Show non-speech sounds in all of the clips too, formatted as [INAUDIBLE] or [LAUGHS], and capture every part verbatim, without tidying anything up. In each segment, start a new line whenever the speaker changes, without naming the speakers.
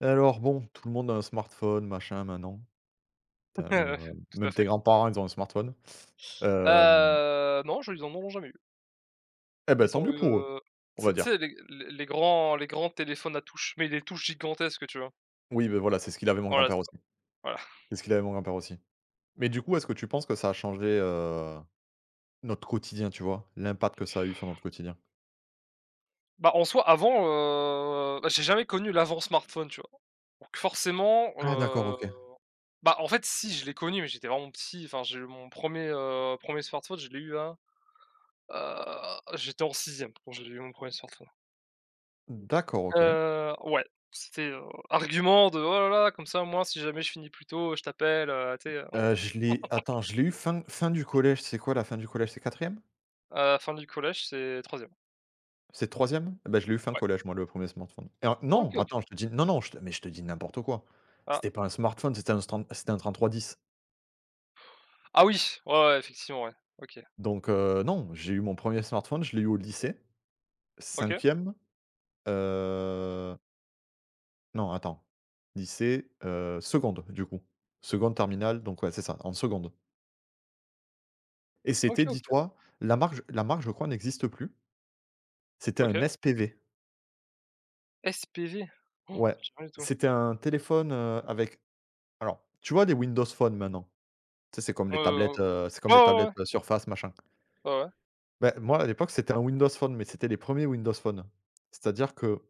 Alors bon, tout le monde a un smartphone, machin, maintenant.
[LAUGHS]
T'as même,
Heu,
heu,
tout à
même tes
fait.
grands-parents, ils ont un smartphone. Hem
Heu, non, je ils en auront jamais eu.
Et bah,
Ils
tant
ont
mieux
eu,
pour eux,
heu,
on
tu sais
va
tu
dire.
sais les les les grands les grands téléphones à touches, mais les touches gigantesques, tu vois?
Oui, ben voilà, c'est ce qu'il avait mon
Voilà,
grand-père
c'est
aussi.
ça, voilà.
C'est ce qu'il avait mon grand-père aussi. Mais du coup, est-ce que tu penses que ça a changé, heu, notre quotidien, tu vois? L'impact que ça a eu sur notre quotidien?
Bah, en soi, avant, heu, bah, j'ai jamais connu l'avant-smartphone, tu vois? Donc forcément,
Ah d'accord,
heu,
OK.
bah, en fait, si, je l'ai connu, mais j'étais vraiment petit. Enfin, j'ai eu mon premier er heu, un smartphone, je l'ai eu à, heu, j'étais en sixième quand j'ai eu mon premier smartphone.
D'accord, OK.
Heu, ouais, c'était, heu, argument de: «Oh là là, comme ça, moi, si jamais je finis plus tôt, je t'appelle», heu, tu sais, heu
Heu, je l'ai attends, je l'ai eu fin fin du collège, c'est quoi la fin du collège? C'est quatrième.
Heu, fin du collège, c'est troisième.
C'est troisième? Bah, je l'ai eu fin
Ouais.
collège moi le premier smartphone et en
OK,
non,
OK.
attends, je te dis non, non, je te mais je te dis n'importe quoi.
Ah,
C'était pas un smartphone, c'était un stand c'était un trente-trois dix.
ah oui, ouais, ouais, effectivement, ouais. OK.
Donc heu, non, j'ai eu mon premier smartphone, je l'ai eu au lycée,
OK.
cinquième. E non, attends, lycée, heu, seconde du coup, seconde terminale, donc ouais, c'est ça, en seconde. Et
OK,
c'était
OK.
dis-toi, la marque la marque je crois n'existe plus, c'était un
OK.
S P V.
SPV? Ça me
Ouais,
dit rien du tout.
c'était un téléphone, heu, avec alors, tu vois les Windows Phone maintenant? Tu sais, c'est comme les
Heu,
tablettes, heu, c'est
ouais,
comme les
ouais,
tablettes,
ouais.
heu, Surface, machin.
Ouais, ouais.
Ben moi, à l'époque, c'était un Windows Phone, mais c'était les premiers Windows Phone. C'est-à-dire que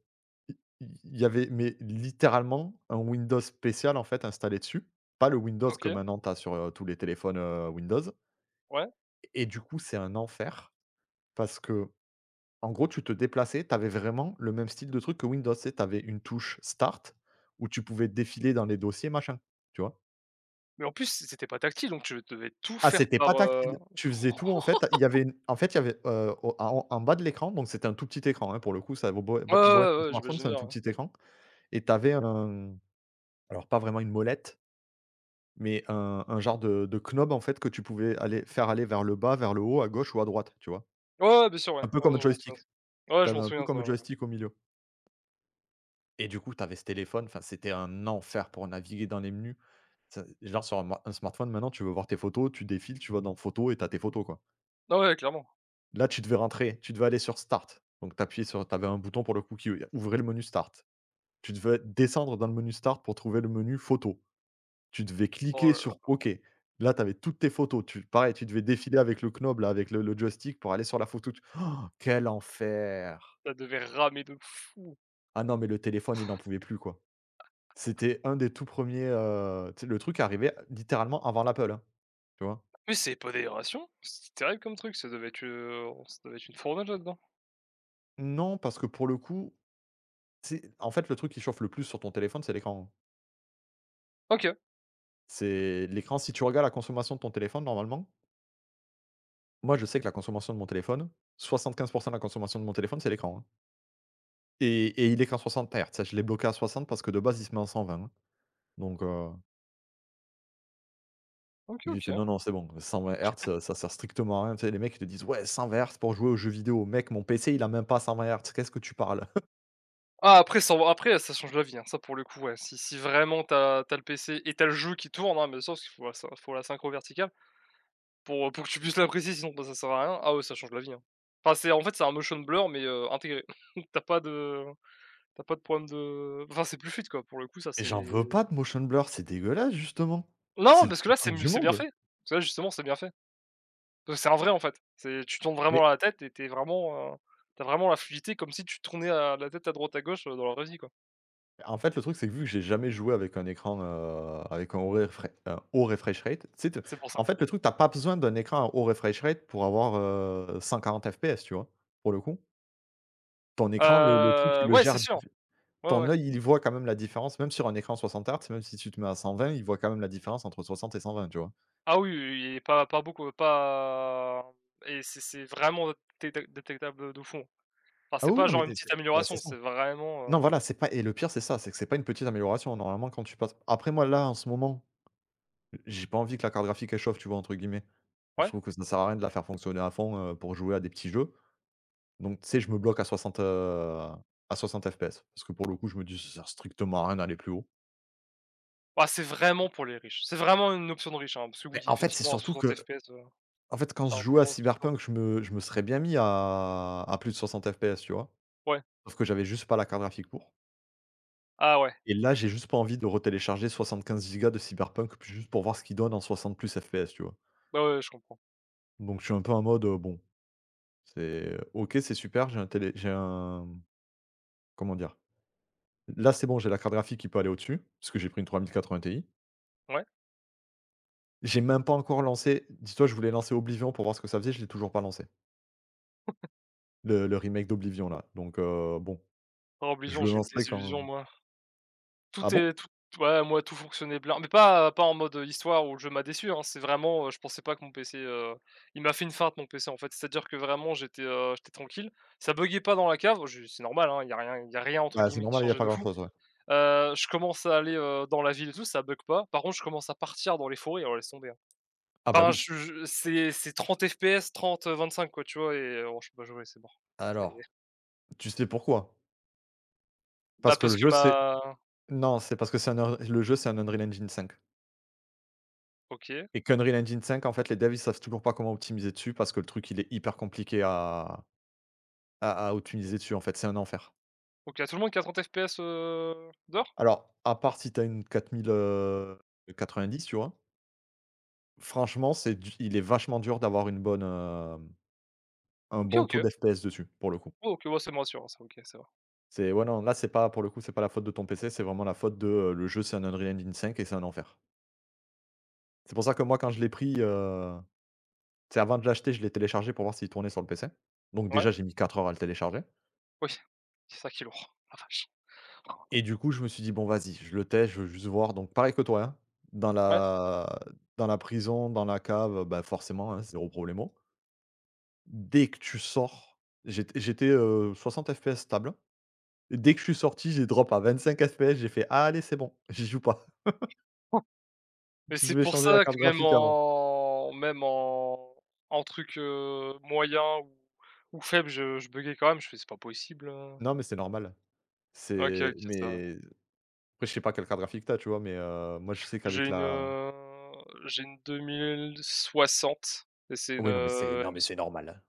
i il y avait mais littéralement un Windows spécial, en fait, installé dessus. Pas le Windows que
OK,
maintenant tu as sur, heu, tous les téléphones, heu, Windows.
ouais.
Et du coup, c'est un enfer parce que en gros, tu te déplaçais, tu avais vraiment le même style de truc que Windows, tu tu avais une touche Start où tu pouvais défiler dans les dossiers, machin, tu vois?
Mais en plus, c'était pas tactile, donc tu devais tout
Ah,
faire
c'était pas
par, heu
tactile. Tu faisais tout en fait. Il y avait une en fait, il y avait, heu, au en en bas de l'écran, donc c'était un tout petit écran, hein, pour le coup, ça vaut beau
ouais, ouais,
beau être un
ouais, ouais,
smartphone,
j'imagine
c'est un
bien,
tout
ouais.
petit écran. Et tu avais un alors pas vraiment une molette, mais un un genre de de knob en fait que tu pouvais aller faire aller vers le bas, vers le haut, à gauche ou à droite, tu vois?
Ouais, ouais, bien sûr,
Un
ouais.
peu
Ouais,
comme
je
un
m'en souviens
joystick.
ça. Ouais,
Tu
je
avais
m'en
un peu
souviens ça,
comme un
ouais.
joystick au milieu et du coup, tu avais ce téléphone, enfin, c'était un enfer pour naviguer dans les menus. Ça genre sur un ma un smartphone maintenant, tu veux voir tes photos, tu défiles, tu vas dans photos et t'as tes photos, quoi.
Ah ouais, clairement.
Là, tu devais rentrer, tu devais aller sur Start. Donc, tu sur t'avais un bouton pour le coup qui ouvrait le menu Start. Tu devais descendre dans le menu Start pour trouver le menu Photos. Tu devais
Oh
cliquer
là là,
sur OK. Là, tu avais toutes tes photos. Tu pareil, tu devais défiler avec le knob, là, avec le le joystick pour aller sur la photo. Tu- oh, quel enfer!
ça devait ramer de fou.
Ah non, mais le téléphone, il n'en pouvait plus, quoi. C'était un des tout premiers, heu, tu sais, le truc arrivait littéralement avant l'Apple, hein, tu vois?
Mais c'est pas des rations? C'est terrible comme truc, ça devait être, heu, ça devait être une fournaise là-dedans.
Non, parce que pour le coup, c'est en fait, le truc qui chauffe le plus sur ton téléphone, c'est l'écran, hein.
OK.
C'est l'écran, si tu regardes la consommation de ton téléphone, normalement, moi, je sais que la consommation de mon téléphone, soixante-quinze de la consommation de mon téléphone, c'est l'écran, hein. Et et il est qu'en soixante hertz, hein. Je l'ai bloqué à soixante parce que de base, il se met en cent vingt, hein. Donc heu,
OK,
j'ai fait:
OK.
«Non, non, c'est bon, cent vingt hertz, heu, ça ça sert strictement à rien». Tu sais, les mecs, ils te disent: «Ouais, cent vingt hertz pour jouer aux jeux vidéo». Mec, mon P C, il a même pas cent vingt hertz, qu'est-ce que tu parles? [LAUGHS]
Ah, après ça après ça change la vie, hein, ça pour le coup, ouais. Si si vraiment t'as as tu as le P C et t'as le jeu qui tourne, hein, mais sauf qu'il faut la syn faut la synchro verticale pour, euh, pour que tu puisses l'apprécier sinon, bah, ça sert à rien. Ah ouais, ça change la vie, hein. Enfin, c'est en fait c'est un motion blur mais, heu, intégré. [LAUGHS] t'as pas de t'as pas de problème de enfin c'est plus fluide quoi, pour le coup ça
Mais
c'est...
j'en veux pas de motion blur, c'est dégueulasse, justement. C'est
Non,
le
parce que
pire
là c'est
truc
mieux,
du
c'est bien
monde.
fait. Parce que là justement c'est bien fait. Parce que c'est un vrai en fait. C'est Tu tournes vraiment
Mais
la tête et t'es vraiment, heu, tu vraiment la fluidité comme si tu tournais, heu, la tête à droite à gauche, heu, dans la vraie vie quoi.
en fait, le truc, c'est que vu que j'ai jamais joué avec un écran, heu, avec un haut refre un haut refresh rate, tu sais, te
C'est pour
en
ça.
fait, le truc, t'as pas besoin d'un écran à haut refresh rate pour avoir, heu, cent quarante F P S, tu vois? Pour le coup. Ton écran, le le truc, il
Heu,
le
ouais, c'est
gère
sûr.
diff
Ouais,
ton
ouais.
œil, il voit quand même la différence, même sur un écran soixante hertz, même si tu te mets à cent vingt, il voit quand même la différence entre soixante et cent vingt. Tu vois?
Ah oui, oui, oui et pas pas beaucoup, pas et c'est c'est vraiment détecta détectable de fond. Enfin,
Ah
c'est
oui, oui,
pas
non, mais
genre une
c'est
petite
bah, c'est
amélioration,
ça.
c'est
Non,
vraiment, heu
voilà, c'est pas et le pire, c'est ça, c'est que c'est pas une petite amélioration. Normalement, quand tu passes après moi, là, en ce moment j'ai pas envie que la carte graphique elle «chauffe», tu vois? Entre guillemets. Je
ouais?
trouve que ça sert à rien de la faire fonctionner à fond, heu, pour jouer à des petits jeux. Donc tu sais, je me bloque à soixante heu, à soixante F P S. Parce que pour le coup, je me dis: «Ça sert strictement à rien d'aller plus haut».
Ah, c'est vraiment pour les riches. C'est vraiment une option de riche, hein, parce que
Mais
oui,
en fait, c'est
effectivement, à
surtout
soixante
que
F P S, heu,
en fait, quand
ça
je jouais à
influence. Non,
Cyberpunk, je me je me serais bien mis à à plus de soixante F P S, tu vois?
ouais.
Sauf que j'avais juste pas la carte graphique pour.
Ah ouais,
Et là, j'ai juste pas envie de retélécharger quinze gigas de Cyberpunk, puis juste pour voir ce qu'il donne en soixante plus F P S, tu vois?
bah, ouais, je comprends.
Donc je suis un peu en mode, heu, bon, c'est OK, c'est super, j'ai un télé j'ai un comment dire? Là, c'est bon, j'ai la carte graphique qui peut aller au-dessus, parce que j'ai pris une trois mille quatre-vingts Ti.
Ouais?
J'ai même pas encore lancé dis-toi, je voulais lancer Oblivion pour voir ce que ça faisait, je l'ai toujours pas lancé. Le le remake d'Oblivion là, donc heu, bon,
Par
je
illusion,
le
j'ai une
lancerai
désillusion,
quand
moi.
ah
Tout
bon?
est tout Ouais, moi, tout fonctionnait blin mais pas pas en mode, heu, histoire où le jeu m'a déçu, hein. C'est vraiment, heu, je pensais pas que mon P C, heu, il m'a fait une feinte mon P C, en fait. C'est-à-dire que vraiment j'étais, heu, j'étais tranquille, ça buggait pas dans la cave, je c'est normal, hein, il y a rien il y a rien entre
Bah, c'est
guillemets qui
normal, il y a
«changeait
pas
de fou».
grand-chose, ouais.
Heu, je commence à aller, heu, dans la ville et tout, ça bug pas. Par contre, je commence à partir dans les forêts, alors laisse tomber, hein.
Ah bah,
Enfin,
oui.
je je c'est c'est trente F P S, trente heu, cinq quoi, tu vois? Et oh, je peux pas jouer, c'est mort. C'est,
Alors, tu sais pourquoi?
bah,
Parce que
parce
le
que
jeu, c'est
ma...
non, c'est parce que c'est un un le jeu, c'est un Unreal Engine cinq
OK.
et qu'Unreal Engine cinq, en fait, les devs, ils savent toujours pas comment optimiser dessus parce que le truc, il est hyper compliqué à à à optimiser dessus, en fait, c'est un enfer.
OK, à tout le monde qui a trente F P S, heu, dehors?
Alors, à part si t'as une quatre mille quatre-vingt-dix, tu vois? Franchement, c'est du il est vachement dur d'avoir une bonne, hem, un
OK,
bon taux
OK.
d'F P S dessus, pour le coup.
Oh, OK, ouais, ça me rassure, ça, OK, ça va.
C'est ouais, non, là, c'est pas pour le coup, c'est pas la faute de ton P C, c'est vraiment la faute de, heu, le jeu, c'est un Unreal Engine cinq et c'est un enfer. C'est pour ça que moi, quand je l'ai pris, heu, tu avant de l'acheter, je l'ai téléchargé pour voir s'il tournait sur le P C. Donc
Ouais,
déjà, j'ai mis quatre heures à le télécharger
oui, [LAUGHS] c'est ça qui est lourd, [LAUGHS] la vache.
et du coup, je me suis dit: «Bon, vas-y, je le teste, je veux juste voir». Donc pareil que toi, hein, dans
Ouais,
la dans la prison, dans la cave, bah, forcément, hein, zéro problemo. Dès que tu sors, j'étais j'étais, heu, soixante F P S stable. Dès que je suis sorti, j'ai drop à vingt-cinq F P S, j'ai fait: ah, «Allez, c'est bon, [LAUGHS] j'y joue pas. [LAUGHS]
mais c'est
Je vais
pour
changer la
ça que
carte
même
graphique avant».
en même en en truc, heu, moyen ou ou faible, je je buggais quand même, je fais: «C'est pas possible, heu».
Non, mais c'est normal.
OK,
C'est
OK, ça va.
mais après, je sais pas quelle carte graphique t'as, tu vois? Mais, heu, moi, je sais
J'ai
qu'avec
une,
la
heu, j'ai une deux mille soixante et c'est une,
oui, non, mais c'est
heu,
non, mais
M S I.
c'est normal.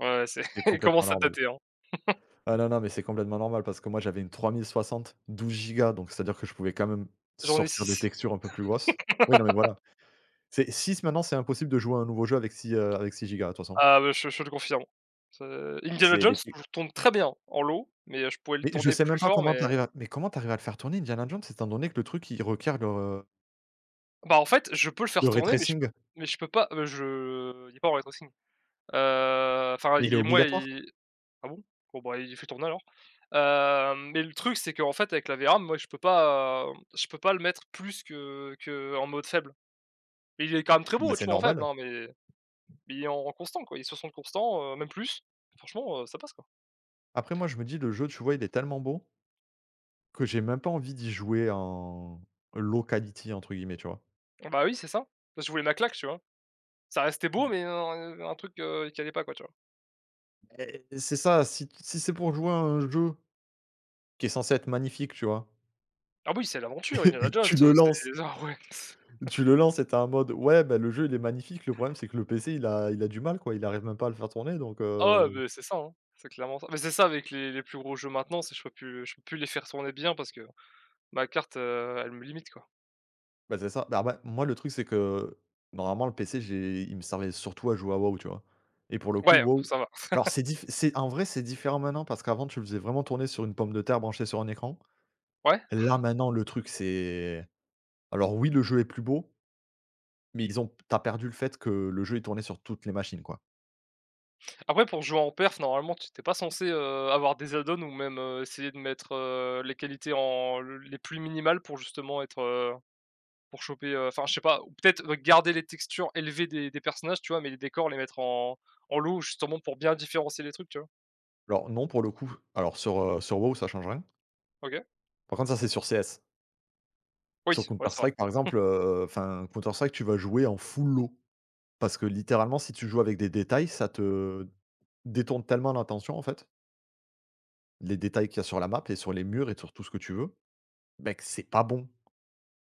Ouais, c'est
C'est
[LAUGHS] elle
complètement
commence à
normal.
dater, hein.
Ah non, non, mais c'est complètement normal parce que moi, j'avais une trois mille soixante, douze gigas, donc c'est-à-dire que je pouvais quand même
J'en ai
sortir des
six.
textures un peu plus grosses. Oui, non, mais voilà. C'est six maintenant, c'est impossible de jouer à un nouveau jeu avec six heu, avec six gigas, de toute façon.
Ah bah, je je le confirme. C'est Indiana
C'est
Jones,
les
je le tourne très bien en low, mais je pouvais le
mais je
tourner
sais
plus
même pas
fort,
comment tu
mais...
arrives à mais comment tu arrives à le faire tourner Indiana Jones, étant donné que le truc il requiert le, heu,
Bah, en fait, je peux le faire
le ray
tourner, mais je peux
tracing?
mais je peux pas, heu, je il est pas en rétro-signe. Enfin,
Mais il
il
est
est moi
obligatoire?
il ah bon? Bon, bah, il fait tourner alors. Hem, mais le truc, c'est qu'en fait, avec la vram, moi, je peux pas, hem, je peux pas le mettre plus que que en mode faible. Il est quand même très
Bah,
beau, tu
c'est
vois, en faible,
normal.
hein, mais mais il est en constant, quoi. Il est sur son constant, heu, même plus. Franchement, heu, ça passe, quoi.
Après moi je me dis: «Le jeu, tu vois, il est tellement beau que j'ai même pas envie d'y jouer en low quality» entre guillemets, tu vois?
Ah, bah, oui, c'est ça. Je voulais ma claque, tu vois? Ça restait beau, mais un un truc, heu, qui allait pas, quoi, tu vois?
Et c'est ça, si t si c'est pour jouer à un jeu qui est censé être magnifique, tu vois?
Ah oui, c'est l'aventure, Indiana
[LAUGHS]
Jones,
Tu
heu,
le
c'est
lances
[LAUGHS] ah ouais.
tu le lances et tu es en mode: «Ouais, bah, le jeu il est magnifique», le problème c'est que le P C il a il a du mal quoi, il arrive même pas à le faire tourner donc
Ah ouais,
heu
beh, c'est ça, hein. C'est clairement ça. Mais c'est ça avec les les plus gros jeux maintenant, c'est que je peux plus je peux plus les faire tourner bien parce que ma carte, heu, elle me limite, quoi.
bah, c'est ça. Bah, ouais, moi, le truc, c'est que normalement, le P C, j'ai il me servait surtout à jouer à WoW, tu vois? Et pour le coup,
Ouais,
WoW
ça va.
alors c'est diff c'est en vrai, c'est différent maintenant parce qu'avant, tu le faisais vraiment tourner sur une pomme de terre branchée sur un écran.
Ouais.
Là, maintenant, le truc, c'est alors oui, le jeu est plus beau, mais ils ont t'as perdu le fait que le jeu est tourné sur toutes les machines, quoi.
Après, pour jouer en perf, normalement, tu t'es pas censé, heu, avoir des add-ons ou même, heu, essayer de mettre, heu, les qualités en le les plus minimales pour justement être, heu, pour choper, heu, enfin je sais pas, ou peut-être euh, garder les textures élevées des des personnages, tu vois? Mais les décors, les mettre en en low justement pour bien différencier les trucs, tu vois?
Alors non, pour le coup, alors sur, heu, sur WoW, ça change rien.
OK.
Par contre, ça, c'est sur C S. Sur
Oui, ouais,
Counter
c'est vrai.
Strike, par
[LAUGHS]
exemple, heu, enfin, Counter Strike, tu vas jouer en full-low. Parce que littéralement, si tu joues avec des détails, ça te détourne tellement l'attention, en fait, les détails qu'il y a sur la map et sur les murs et sur tout ce que tu veux, ben que c'est pas bon.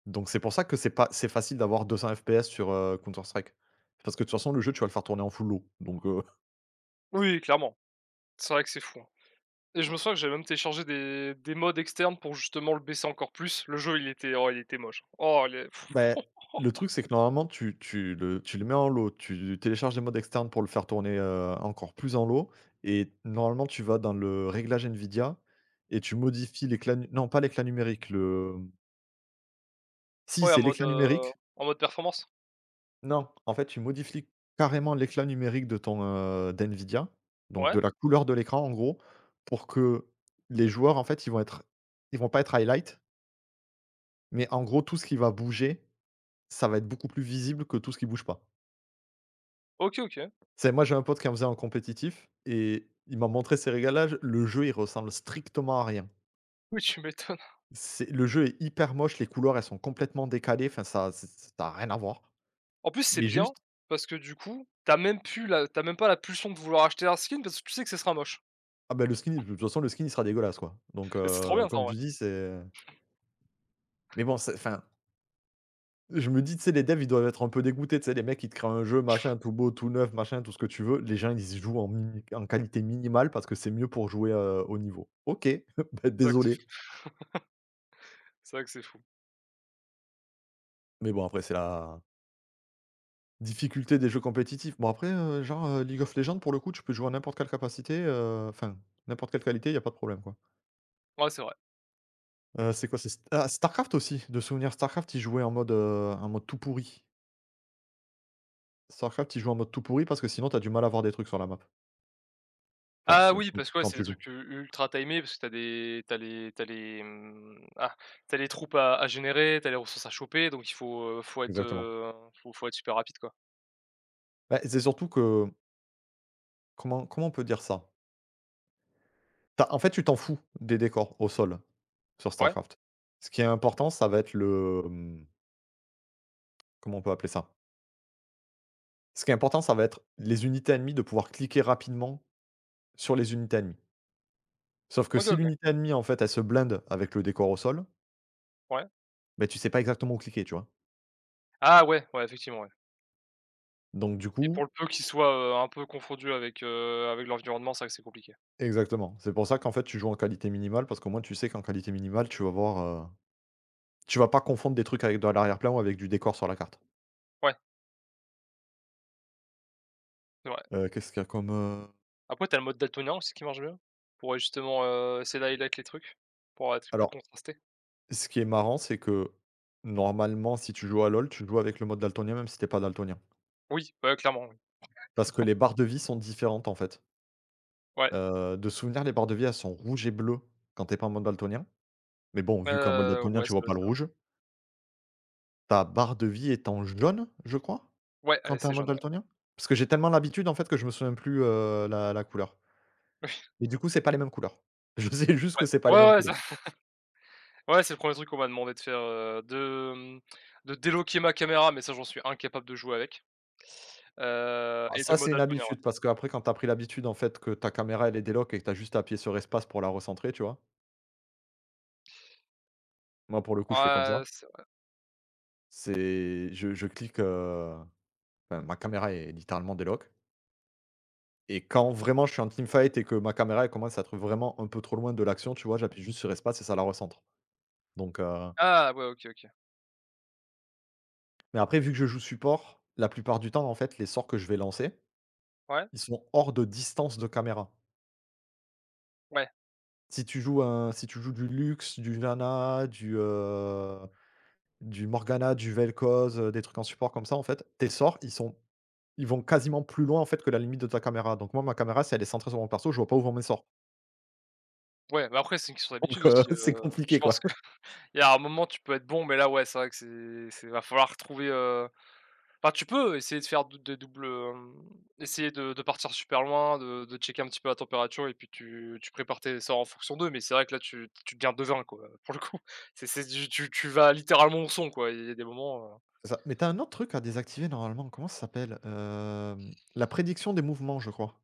Donc c'est pour ça que c'est pas c'est facile d'avoir deux cents F P S sur, heu, Counter Strike. Parce que de toute façon, le jeu, tu vas le faire tourner en full low, donc heu,
Oui, clairement. C'est vrai que c'est fou, hein. Et je me souviens que j'avais même téléchargé des des mods externes pour justement le baisser encore plus. Le jeu, il était, oh, il était moche. Oh, les...
bah,
[LAUGHS]
[LAUGHS] le truc, c'est que normalement, tu tu le tu le mets en low, tu télécharges des mods externes pour le faire tourner, heu, encore plus en low et normalement, tu vas dans le réglage Nvidia et tu modifies l'éclat nu non, pas l'éclat numérique, le si,
Ouais, en
c'est
mode,
l'éclat
heu,
numérique.
en mode performance?
Non, en fait, tu modifies carrément l'éclat numérique de ton, heu, d'NVIDIA, donc
Ouais,
de la couleur de l'écran, en gros, pour que les joueurs, en fait, ils vont être ils vont pas être highlight, mais en gros, tout ce qui va bouger, ça va être beaucoup plus visible que tout ce qui bouge pas.
OK, OK.
C'est Moi, j'ai un pote qui en faisait en compétitif et il m'a montré ses régalages. Le jeu, il ressemble strictement à rien.
Oui, tu m'étonnes.
C'est Le jeu est hyper moche, les couleurs, elles sont complètement décalées, enfin, ça c ça a rien à voir,
En plus, c'est
mais
bien
juste
parce que du coup, t'as même plus la t'as même pas la pulsion de vouloir acheter un skin parce que tu sais que ce sera moche
ah, ben le skin, de toute façon, le skin, il sera dégueulasse, quoi, donc
et c'est trop
heu,
bien ça en
comme
vrai.
tu dis, c'est. Mais bon, c'est enfin, je me dis, tu sais, les devs, ils doivent être un peu dégoûtés, tu sais, les mecs, ils te créent un jeu, machin, tout beau, tout neuf, machin, tout ce que tu veux. Les gens, ils y jouent en mini en qualité minimale parce que c'est mieux pour jouer, heu, haut niveau. OK, [LAUGHS] bah,
C'est vrai que c'est
désolé.
c'est ça que c'est fou.
Mais bon, après, c'est la difficulté des jeux compétitifs. Bon, après, heu, genre, heu, League of Legends, pour le coup, tu peux jouer à n'importe quelle capacité, heu, enfin, n'importe quelle qualité, il y a pas de problème, quoi.
Ouais, c'est vrai.
Heu, c'est quoi? C'est St Ah, Starcraft aussi, de souvenir, Starcraft, ils jouaient en mode, heu, en mode tout pourri. Starcraft, ils jouent en mode tout pourri parce que sinon, t'as du mal à voir des trucs sur la map. Enfin,
Ah
ce
oui, parce que, ouais,
quand
c'est des
tu joues.
trucs u ultra timés parce que t'as des t'as les t'as les, mmh, ah, tu les troupes à à générer, t'as les ressources à choper, donc il faut, heu, faut être,
Exactement.
heu, faut faut être super rapide, quoi.
Bah, c'est surtout que comment comment on peut dire ça? Tu En fait, tu t'en fous des décors au sol sur
Ouais,
StarCraft. Ce qui est important, ça va être le, hem, comment on peut appeler ça? Ce qui est important, ça va être les unités ennemies, de pouvoir cliquer rapidement sur les unités ennemies. Sauf que
OK,
si
OK,
l'unité ennemie, en fait, elle se blinde avec le décor au sol,
ouais.
beh, tu sais pas exactement où cliquer, tu vois?
Ah ouais, ouais, effectivement, ouais,
Donc du
et pour
coup
le peu qu'ils soient, heu, un peu confondus avec, heu, avec l'environnement, c'est vrai que c'est compliqué.
exactement. C'est pour ça qu'en fait, tu joues en qualité minimale parce qu'au moins tu sais qu'en qualité minimale, tu vas voir, heu, tu vas pas confondre des trucs avec de l'arrière-plan ou avec du décor sur la carte.
Ouais, c'est vrai.
Heu, qu'est-ce qu'il y a comme, heu
Après, t'as le mode daltonien aussi qui marche bien, pour, heu, justement, heu, essayer d'highlight les trucs, pour être plus
Alors,
contrasté.
ce qui est marrant, c'est que normalement, si tu joues à LoL, tu joues avec le mode daltonien, même si t'es pas daltonien.
Oui, ouais, clairement, oui.
Parce que les barres de vie sont différentes, en fait.
Ouais,
Heu, de souvenir, les barres de vie, elles sont rouges et bleues quand t'es pas en mode daltonien. Mais bon, vu qu'en mode
heu,
daltonien,
ouais,
tu
ça
vois
doit
pas
être
le
ça, ouais.
rouge. Ta barre de vie est en jaune, je crois,
Ouais,
quand
allez,
t'es
c'est
en mode
jaune, ouais.
daltonien? Parce que j'ai tellement l'habitude, en fait, que je me souviens plus, heu, la la couleur.
[LAUGHS]
Mais du coup, c'est pas les mêmes couleurs. [LAUGHS] Je sais juste
Ouais.
que c'est pas
Ouais,
les mêmes
ouais, ouais,
couleurs.
ouais, c'est le premier truc qu'on m'a demandé de faire, heu, de, mmh, de déloquer ma caméra, mais ça j'en suis incapable de jouer avec, heu
Ah,
et de
ça, c'est
mode
une
altonien, ouais.
habitude, parce qu'après, quand t'as pris l'habitude, en fait, que ta caméra, elle est déloc et que tu juste à appuyer sur espace pour la recentrer, tu vois? Moi, pour le coup, je fais comme ça.
Ah, c'est vrai.
C'est je je clique, heu, enfin, ma caméra est littéralement déloc et quand vraiment je suis en teamfight et que ma caméra, elle commence à être vraiment un peu trop loin de l'action, tu vois? J'appuie juste sur espace et ça la recentre. Donc heu,
Ah ouais, OK, OK.
mais après vu que je joue support, la plupart du temps, en fait, les sorts que je vais lancer,
Ouais,
ils sont hors de distance de caméra.
ouais,
Si tu joues un si tu joues du Lux, du Lana, du, heu, du Morgana, du Vel'Koz, heu, des trucs en support comme ça, en fait, tes sorts, ils sont. Ils vont quasiment plus loin, en fait, que la limite de ta caméra. Donc moi, ma caméra, si elle est centrée sur mon perso, je vois pas où vont mes sorts.
ouais, mais après c'est une question d'habitude
Donc heu,
aussi,
[LAUGHS] c'est
heu, je
compliqué, quoi.
pense qu'il [LAUGHS] y a un moment tu peux être bon, mais là, ouais, c'est vrai que c'est c'est va falloir trouver. Enfin, tu peux essayer de faire dou des doubles, hem, essayer de de partir super loin, de de checker un petit peu la température et puis tu tu prépares tes sorts en fonction d'eux, mais c'est vrai que là, tu tu deviens devin, quoi, [LAUGHS] pour le coup. [LAUGHS] C'est c'est du tu tu vas littéralement au son, quoi, il y a des moments,
C'est ça. Mais t'as un autre truc à désactiver normalement, comment ça s'appelle? Hem, la prédiction des mouvements, je crois.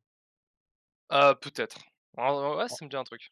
heu heu, peut-être. Ouais, ouais, ouais, ça me dit un truc.